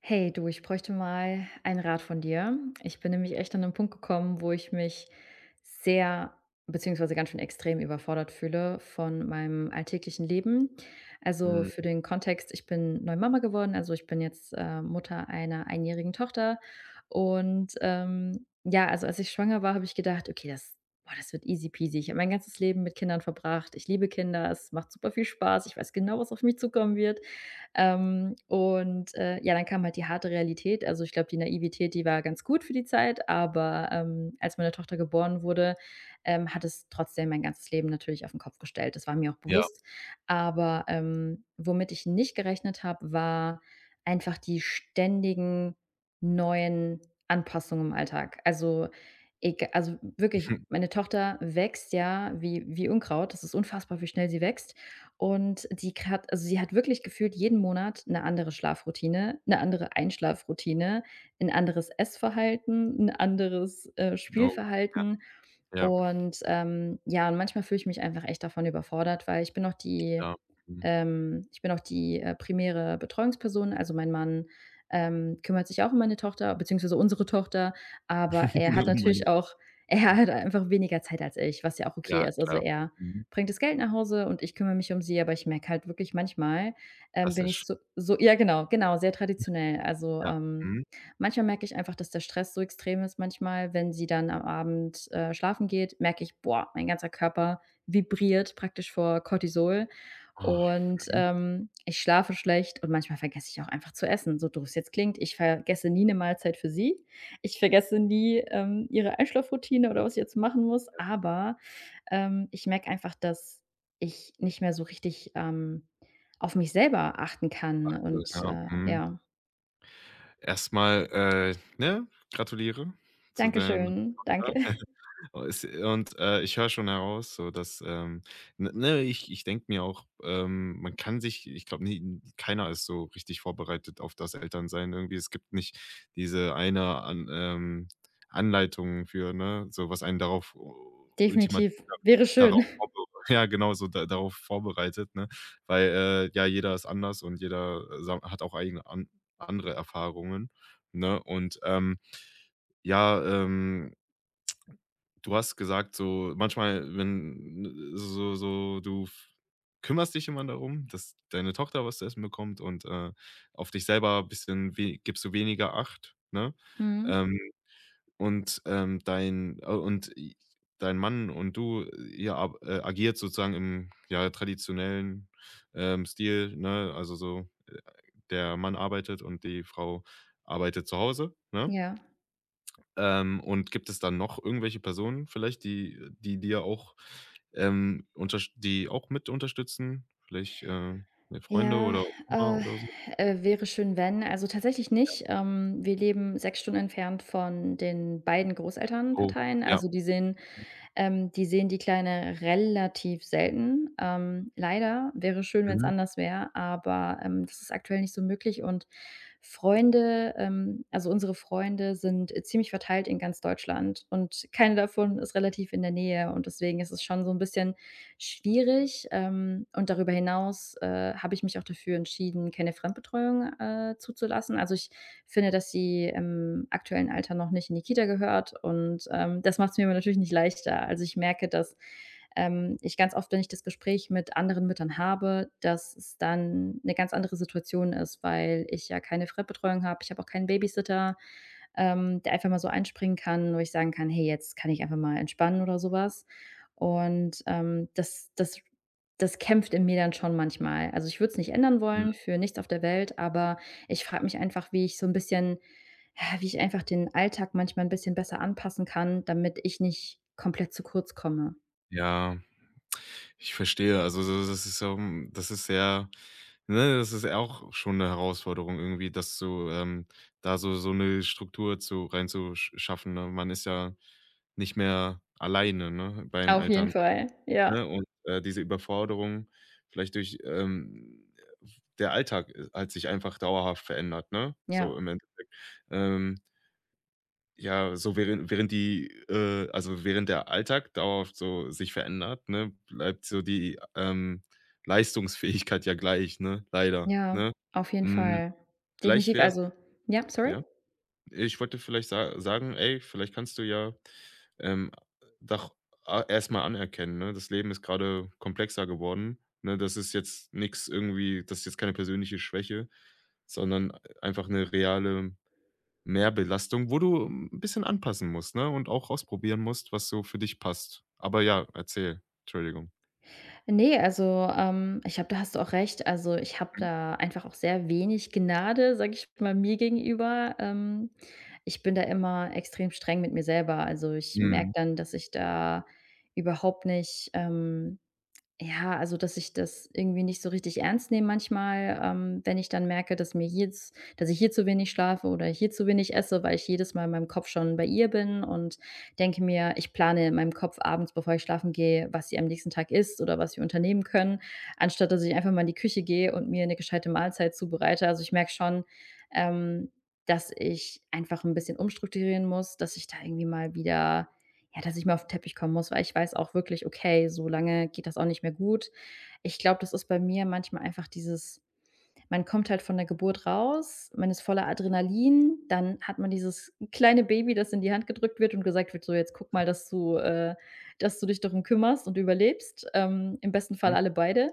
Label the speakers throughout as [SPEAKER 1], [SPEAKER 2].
[SPEAKER 1] Hey du, ich bräuchte mal einen Rat von dir. Ich bin nämlich echt an einen Punkt gekommen, wo ich mich sehr beziehungsweise ganz schön extrem überfordert fühle von meinem alltäglichen Leben. Also,
[SPEAKER 2] Mhm.
[SPEAKER 1] für den Kontext, ich bin neu Mama geworden, also, ich bin jetzt, Mutter einer einjährigen Tochter und, ja, also, als ich schwanger war, habe ich gedacht: „Okay, das boah, das wird easy peasy." Ich habe mein ganzes Leben mit Kindern verbracht. Ich liebe Kinder, es macht super viel Spaß. Ich weiß genau, was auf mich zukommen wird. Ja, dann kam halt die harte Realität. Also, ich glaube, die Naivität, die war ganz gut für die Zeit, aber, als meine Tochter geboren wurde, hat es trotzdem mein ganzes Leben natürlich auf den Kopf gestellt. Das war mir auch
[SPEAKER 2] Ja.
[SPEAKER 1] bewusst. Aber, womit ich nicht gerechnet habe, war einfach die ständigen neuen Anpassungen im Alltag. Also, wirklich, meine Tochter wächst ja wie Unkraut. Das ist unfassbar, wie schnell sie wächst. Und die hat also sie hat wirklich gefühlt jeden Monat eine andere Schlafroutine, eine andere Einschlafroutine, ein anderes Essverhalten, ein anderes,
[SPEAKER 2] Oh, ja,
[SPEAKER 1] Spielverhalten.
[SPEAKER 2] ja,
[SPEAKER 1] Und, ja, und manchmal fühle ich mich einfach echt davon überfordert, weil
[SPEAKER 2] klar. Mhm.
[SPEAKER 1] ich bin auch die, primäre Betreuungsperson. Also, mein Mann, kümmert sich auch um meine Tochter beziehungsweise unsere Tochter, aber er hat
[SPEAKER 2] Oh mein
[SPEAKER 1] natürlich
[SPEAKER 2] Gott.
[SPEAKER 1] auch er hat einfach weniger Zeit als ich, was ja auch okay
[SPEAKER 2] Ja,
[SPEAKER 1] ist. Also,
[SPEAKER 2] klar.
[SPEAKER 1] er
[SPEAKER 2] Mhm.
[SPEAKER 1] bringt das Geld nach Hause und ich kümmere mich um sie, aber ich merke halt wirklich manchmal, bin ich
[SPEAKER 2] Klassisch.
[SPEAKER 1] ja, genau, genau, sehr traditionell.
[SPEAKER 2] Ja. Mhm.
[SPEAKER 1] Manchmal merke ich einfach, dass der Stress so extrem ist manchmal, wenn sie dann am Abend, schlafen geht, merke ich: „Boah, mein ganzer Körper vibriert praktisch vor Cortisol
[SPEAKER 2] Oh,
[SPEAKER 1] und,
[SPEAKER 2] mhm.
[SPEAKER 1] ich schlafe schlecht" und manchmal vergesse ich auch einfach zu essen, so doof es jetzt klingt. Ich vergesse nie eine Mahlzeit für sie. Ich vergesse nie, ihre Einschlafroutine oder was ich jetzt machen muss, aber, ich merke einfach, dass ich nicht mehr so richtig, auf mich selber achten kann
[SPEAKER 2] Also,
[SPEAKER 1] und,
[SPEAKER 2] ja, mhm.
[SPEAKER 1] ja.
[SPEAKER 2] Erst Ne, gratuliere zu deiner
[SPEAKER 1] Dankeschön.
[SPEAKER 2] Tochter.
[SPEAKER 1] Danke.
[SPEAKER 2] Oh, Es und, ich höre schon heraus, ich denke mir auch, man kann sich ich glaube, nie keiner ist so richtig vorbereitet auf das Elternsein irgendwie. Es gibt nicht diese eine An Anleitung für, ne, so was einen darauf ultimativ
[SPEAKER 1] Definitiv. Wäre schön.
[SPEAKER 2] darauf vorbe ja, genau, so da darauf vorbereitet, ne? Weil, ja, jeder ist anders und jeder sa hat auch eigene an andere Erfahrungen, ne? Und, ja, du hast gesagt, so manchmal, wenn so so du f kümmerst dich immer darum, dass deine Tochter was zu essen bekommt und, auf dich selber ein bisschen we gibst du weniger Acht, ne?
[SPEAKER 1] Mhm.
[SPEAKER 2] Ähm, und, dein Mann und du, ihr ab agiert sozusagen im, ja, traditionellen, Stil, ne? Also so, der Mann arbeitet und die Frau arbeitet zu Hause, ne?
[SPEAKER 1] Ja.
[SPEAKER 2] Und gibt es dann noch irgendwelche Personen vielleicht, die die dir auch, unterst die auch mit unterstützen? Vielleicht, deine Freunde
[SPEAKER 1] Ja,
[SPEAKER 2] oder Oma
[SPEAKER 1] äh,
[SPEAKER 2] oder so?
[SPEAKER 1] wäre schön, wenn. Also, tatsächlich nicht. Wir leben 6 Stunden entfernt von den beiden
[SPEAKER 2] Oh,
[SPEAKER 1] Großelternparteien.
[SPEAKER 2] ja.
[SPEAKER 1] Also, die sehen die Kleine relativ selten. Leider, wäre schön, wenn es
[SPEAKER 2] Mhm,
[SPEAKER 1] anders wäre, aber, das ist aktuell nicht so möglich. Und Freunde also unsere Freunde sind ziemlich verteilt in ganz Deutschland und keine davon ist relativ in der Nähe und deswegen ist es schon so ein bisschen schwierig, und darüber hinaus, habe ich mich auch dafür entschieden, keine Fremdbetreuung, zuzulassen. Also, ich finde, dass sie im aktuellen Alter noch nicht in die Kita gehört, und, das macht es mir aber natürlich nicht leichter. Also, ich merke, dass, ich ganz oft, wenn ich das Gespräch mit anderen Müttern habe, dass es dann eine ganz andere Situation ist, weil ich ja keine Fremdbetreuung habe. Ich habe auch keinen Babysitter, der einfach mal so einspringen kann, wo ich sagen kann: „Hey, jetzt kann ich einfach mal entspannen" oder sowas. Und, das kämpft in mir dann schon manchmal. Also, ich würde es nicht ändern
[SPEAKER 2] mhm.
[SPEAKER 1] wollen für nichts auf der Welt, aber ich frage mich einfach, wie ich so ein bisschen ja, wie ich einfach den Alltag manchmal ein bisschen besser anpassen kann, damit ich nicht komplett zu kurz komme.
[SPEAKER 2] Ja, ich verstehe. Also, das ist auch schon 'ne Herausforderung irgendwie, dass du, da so 'ne Struktur zu reinzusch schaffen, ne? Man ist ja nicht mehr alleine, ne, beim
[SPEAKER 1] Auf jeden
[SPEAKER 2] Elternsein.
[SPEAKER 1] Fall, ja.
[SPEAKER 2] Ne? Und, diese Überforderung vielleicht durch, der Alltag, halt sich einfach dauerhaft verändert, ne? So
[SPEAKER 1] Ja,
[SPEAKER 2] im Endeffekt. Ähm, ja, so während während die, also während der Alltag dauerhaft so sich verändert, ne, bleibt so die, Leistungsfähigkeit ja gleich, ne? Leider,
[SPEAKER 1] ja,
[SPEAKER 2] ne?
[SPEAKER 1] auf jeden
[SPEAKER 2] Hm,
[SPEAKER 1] Fall.
[SPEAKER 2] vielleicht
[SPEAKER 1] Definitiv,
[SPEAKER 2] wär's
[SPEAKER 1] also ja, sorry?
[SPEAKER 2] ja? Ich wollte vielleicht sa sagen: „Ey, vielleicht kannst du ja, ähm, doch a erst mal anerkennen, ne? Das Leben ist gerade komplexer geworden, ne? Das ist jetzt keine persönliche Schwäche, sondern einfach eine reale Mehrbelastung, wo du ein bisschen anpassen musst, ne, und auch ausprobieren musst, was so für dich passt.“ Aber ja, erzähl. Entschuldigung.
[SPEAKER 1] Nee, also, ich habe da hast du auch recht. Also, ich habe
[SPEAKER 2] Mhm.
[SPEAKER 1] da einfach auch sehr wenig Gnade, sage ich mal, mir gegenüber. Ich bin da immer extrem streng mit mir selber. Also, ich merke
[SPEAKER 2] Mhm.
[SPEAKER 1] dann, dass ich da überhaupt nicht, ja, also, dass ich das irgendwie nicht so richtig ernst nehme manchmal, wenn ich dann merke, dass mir jetzt dass ich hier zu wenig schlafe oder hier zu wenig esse, weil ich jedes Mal in meinem Kopf schon bei ihr bin und denke mir, ich plane in meinem Kopf abends, bevor ich schlafen gehe, was sie am nächsten Tag isst oder was wir unternehmen können, anstatt dass ich einfach mal in die Küche gehe und mir eine gescheite Mahlzeit zubereite. Also, ich merke schon, ähm, dass ich einfach ein bisschen umstrukturieren muss, dass ich da irgendwie mal wieder, ja, dass ich mal auf den Teppich kommen muss, weil ich weiß auch wirklich: „Okay, so lange geht das auch nicht mehr gut." Ich glaube, das ist bei mir manchmal einfach dieses: Man kommt halt von der Geburt raus, man ist voller Adrenalin, dann hat man dieses kleine Baby, das in die Hand gedrückt wird und gesagt wird: „So, jetzt guck mal, dass du dich darum kümmerst und überlebst", im besten Fall
[SPEAKER 2] Mhm.
[SPEAKER 1] alle beide.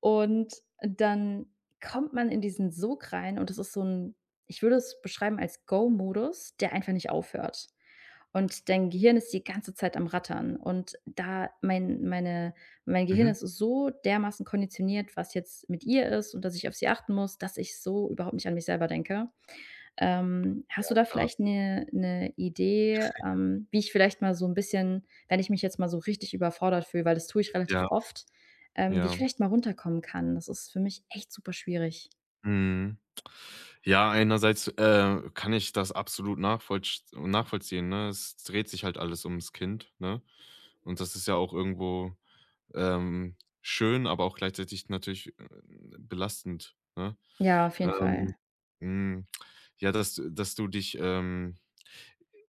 [SPEAKER 1] Und dann kommt man in diesen Sog rein und das ist so ein, ich würde es beschreiben als Go-Modus, der einfach nicht aufhört. Und dein Gehirn ist die ganze Zeit am Rattern. Und da mein meine mein Gehirn
[SPEAKER 2] Mhm.
[SPEAKER 1] ist so dermaßen konditioniert, was jetzt mit ihr ist und dass ich auf sie achten muss, dass ich so überhaupt nicht an mich selber denke. Hast du da
[SPEAKER 2] Klar.
[SPEAKER 1] vielleicht eine 'ne Idee, wie ich vielleicht mal so ein bisschen, wenn ich mich jetzt mal so richtig überfordert fühle, weil das tue ich relativ
[SPEAKER 2] Ja.
[SPEAKER 1] oft, wie ich
[SPEAKER 2] Ja.
[SPEAKER 1] vielleicht mal runterkommen kann? Das ist für mich echt super schwierig.
[SPEAKER 2] Mhm. Ja, einerseits, kann ich das absolut nachvollsch nachvollziehen, ne? Es dreht sich halt alles ums Kind, ne? Und das ist ja auch irgendwo, ähm, schön, aber auch gleichzeitig natürlich, belastend, ne?
[SPEAKER 1] Ja, auf jeden Fall.
[SPEAKER 2] Ähm, hm, ja, dass du dich,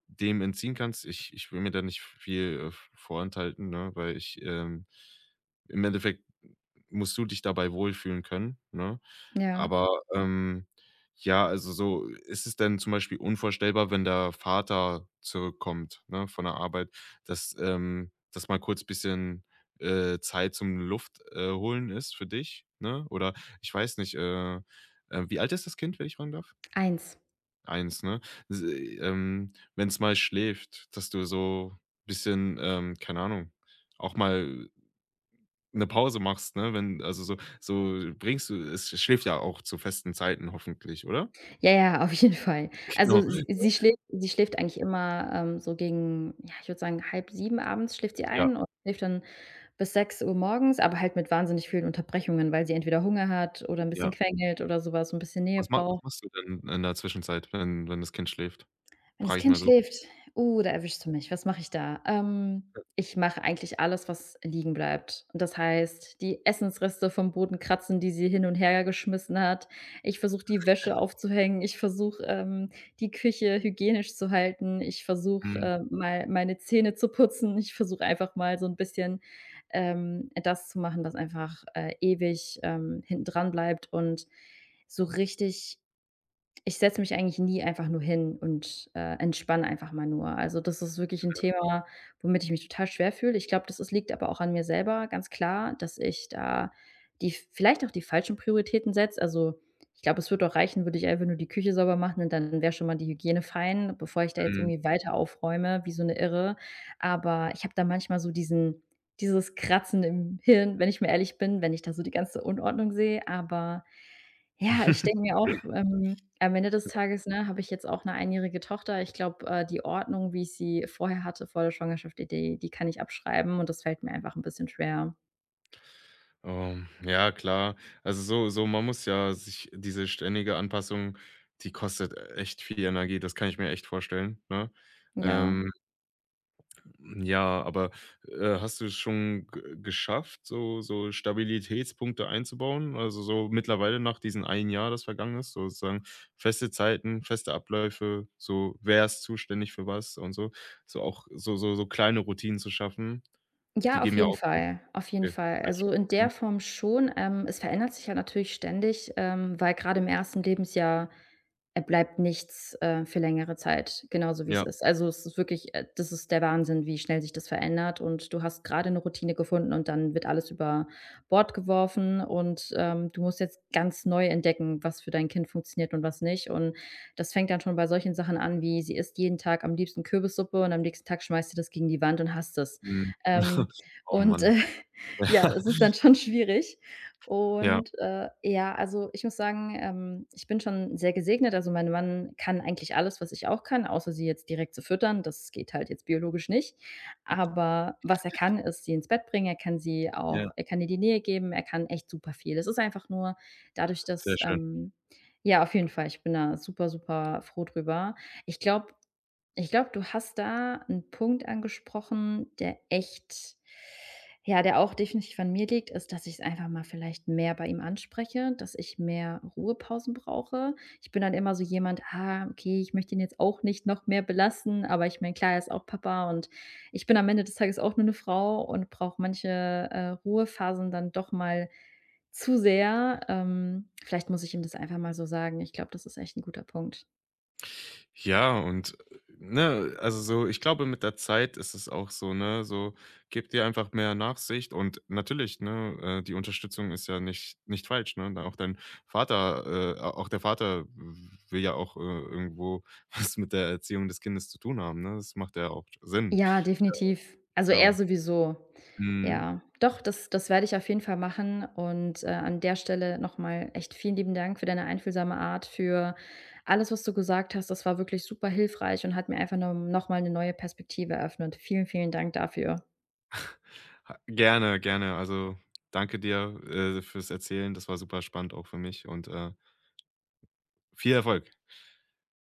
[SPEAKER 2] dem entziehen kannst. Ich will mir da nicht viel, vorenthalten, ne, weil ich, im Endeffekt musst du dich dabei wohlfühlen können, ne?
[SPEAKER 1] Ja.
[SPEAKER 2] Aber, ähm, ja, also so ist es denn zum Beispiel unvorstellbar, wenn der Vater zurückkommt, ne, von der Arbeit, dass mal kurz bisschen, Zeit zum Luft, holen ist für dich, ne? Oder ich weiß nicht, wie alt ist das Kind, wenn ich fragen darf?
[SPEAKER 1] Eins.
[SPEAKER 2] Eins, ne? S Wenn's mal schläft, dass du so bisschen, keine Ahnung, auch mal 'ne Pause machst, ne? Wenn also, so bringst du es schläft ja auch zu festen Zeiten hoffentlich, oder?
[SPEAKER 1] Ja, ja, auf jeden Fall. Also
[SPEAKER 2] Genau,
[SPEAKER 1] sie schläft eigentlich immer, so gegen, ja, ich würde sagen, halb sieben abends schläft sie
[SPEAKER 2] ja,
[SPEAKER 1] ein und schläft dann bis 6 Uhr morgens, aber halt mit wahnsinnig vielen Unterbrechungen, weil sie entweder Hunger hat oder ein bisschen
[SPEAKER 2] ja.
[SPEAKER 1] quengelt oder sowas, so ein bisschen Nähe
[SPEAKER 2] Was
[SPEAKER 1] braucht.
[SPEAKER 2] machst du denn in der Zwischenzeit, wenn das Kind schläft?
[SPEAKER 1] Wenn das
[SPEAKER 2] Frage ich
[SPEAKER 1] Kind
[SPEAKER 2] mal so.
[SPEAKER 1] schläft, da erwischst du mich. Was mache ich da? Ich mache eigentlich alles, was liegen bleibt. Und das heißt, die Essensreste vom Boden kratzen, die sie hin und her geschmissen hat. Ich versuche, die Wäsche aufzuhängen. Ich versuche, die Küche hygienisch zu halten. Ich versuche,
[SPEAKER 2] Mhm,
[SPEAKER 1] mal meine Zähne zu putzen. Ich versuche einfach mal so ein bisschen, das zu machen, was einfach, ewig, hinten dran bleibt, und so richtig ich setze mich eigentlich nie einfach nur hin und, entspanne einfach mal nur. Also, das ist wirklich ein Thema, womit ich mich total schwer fühle. Ich glaube, das ist liegt aber auch an mir selber, ganz klar, dass ich da die vielleicht auch die falschen Prioritäten setze. Also, ich glaube, es würde auch reichen, würde ich einfach nur die Küche sauber machen, und dann wäre schon mal die Hygiene fein, bevor ich da jetzt
[SPEAKER 2] mhm.
[SPEAKER 1] irgendwie weiter aufräume wie so eine Irre. Aber ich habe da manchmal so diesen dieses Kratzen im Hirn, wenn ich mir ehrlich bin, wenn ich da so die ganze Unordnung sehe, aber ja, ich denke mir auch, am Ende des Tages, ne, habe ich jetzt auch 'ne einjährige Tochter. Ich glaube, die Ordnung, wie ich sie vorher hatte, vor der Schwangerschaft, die kann ich abschreiben, und das fällt mir einfach 'n bisschen schwer.
[SPEAKER 2] Ja, klar. Also, so man muss ja sich diese ständige Anpassung, die kostet echt viel Energie, das kann ich mir echt vorstellen, ne?
[SPEAKER 1] Ja.
[SPEAKER 2] Ähm Ja, aber, hast du es schon g geschafft, so Stabilitätspunkte einzubauen? Also, so mittlerweile nach diesen 1 Jahr, das vergangen ist, sozusagen feste Zeiten, feste Abläufe, so wer ist zuständig für was und so. So auch so kleine Routinen zu schaffen, die
[SPEAKER 1] Ja, auf
[SPEAKER 2] geben ja
[SPEAKER 1] jeden
[SPEAKER 2] auch
[SPEAKER 1] Fall, auf jeden
[SPEAKER 2] okay,
[SPEAKER 1] Fall.
[SPEAKER 2] sehr schön.
[SPEAKER 1] Also, in der
[SPEAKER 2] Mhm.
[SPEAKER 1] Form schon. Es verändert sich ja natürlich ständig, weil grade im ersten Lebensjahr. Er bleibt nichts, für längere Zeit, genauso wie es
[SPEAKER 2] Ja,
[SPEAKER 1] ist. Also, es ist wirklich, das ist der Wahnsinn, wie schnell sich das verändert, und du hast gerade eine Routine gefunden und dann wird alles über Bord geworfen und, du musst jetzt ganz neu entdecken, was für dein Kind funktioniert und was nicht. Und das fängt dann schon bei solchen Sachen an wie: Sie isst jeden Tag am liebsten Kürbissuppe und am nächsten Tag schmeißt sie das gegen die Wand und hasst es.
[SPEAKER 2] mhm.
[SPEAKER 1] Ähm,
[SPEAKER 2] Oh
[SPEAKER 1] und
[SPEAKER 2] Mann.
[SPEAKER 1] ja, es ist dann schon schwierig.
[SPEAKER 2] Ja,
[SPEAKER 1] Und, ja, also, ich muss sagen, ich bin schon sehr gesegnet. Also, mein Mann kann eigentlich alles, was ich auch kann, außer sie jetzt direkt zu füttern. Das geht halt jetzt biologisch nicht. Aber was er kann, ist sie ins Bett bringen.
[SPEAKER 2] ja,
[SPEAKER 1] Er kann ihr die Nähe geben. Er kann echt super viel. Es ist einfach nur dadurch,
[SPEAKER 2] sehr
[SPEAKER 1] dass
[SPEAKER 2] schön.
[SPEAKER 1] ja, auf jeden Fall, ich bin da super, super froh drüber. Ich glaube, ich glaube, du hast da einen Punkt angesprochen, der echt, ja, der auch definitiv an mir liegt, ist, dass ich es einfach mal vielleicht mehr bei ihm anspreche, dass ich mehr Ruhepausen brauche. Ich bin dann immer so jemand: „Ah, okay, ich möchte ihn jetzt auch nicht noch mehr belasten", aber ich meine, klar, er ist auch Papa und ich bin am Ende des Tages auch nur eine Frau und brauche manche, Ruhephasen dann doch mal zu sehr. Vielleicht muss ich ihm das einfach mal so sagen. Ich glaube, das ist echt ein guter Punkt.
[SPEAKER 2] Ja, und, ne, also so ich glaube, mit der Zeit ist es auch so, ne, so gib dir einfach mehr Nachsicht und natürlich, ne, die Unterstützung ist ja nicht nicht falsch, ne? Da auch dein Vater auch der Vater will ja auch, irgendwo was mit der Erziehung des Kindes zu tun haben, ne? Das macht ja auch Sinn,
[SPEAKER 1] Ja, definitiv. Also, er
[SPEAKER 2] genau.
[SPEAKER 1] sowieso.
[SPEAKER 2] Mhm.
[SPEAKER 1] Ja, doch, das werde ich auf jeden Fall machen und, an der Stelle noch mal echt vielen lieben Dank für deine einfühlsame Art, für alles, was du gesagt hast. Das war wirklich super hilfreich und hat mir einfach no noch mal 'ne neue Perspektive eröffnet. Vielen, vielen Dank dafür.
[SPEAKER 2] Ha gerne, gerne. Also, danke dir, fürs Erzählen. Das war super spannend auch für mich und, viel Erfolg.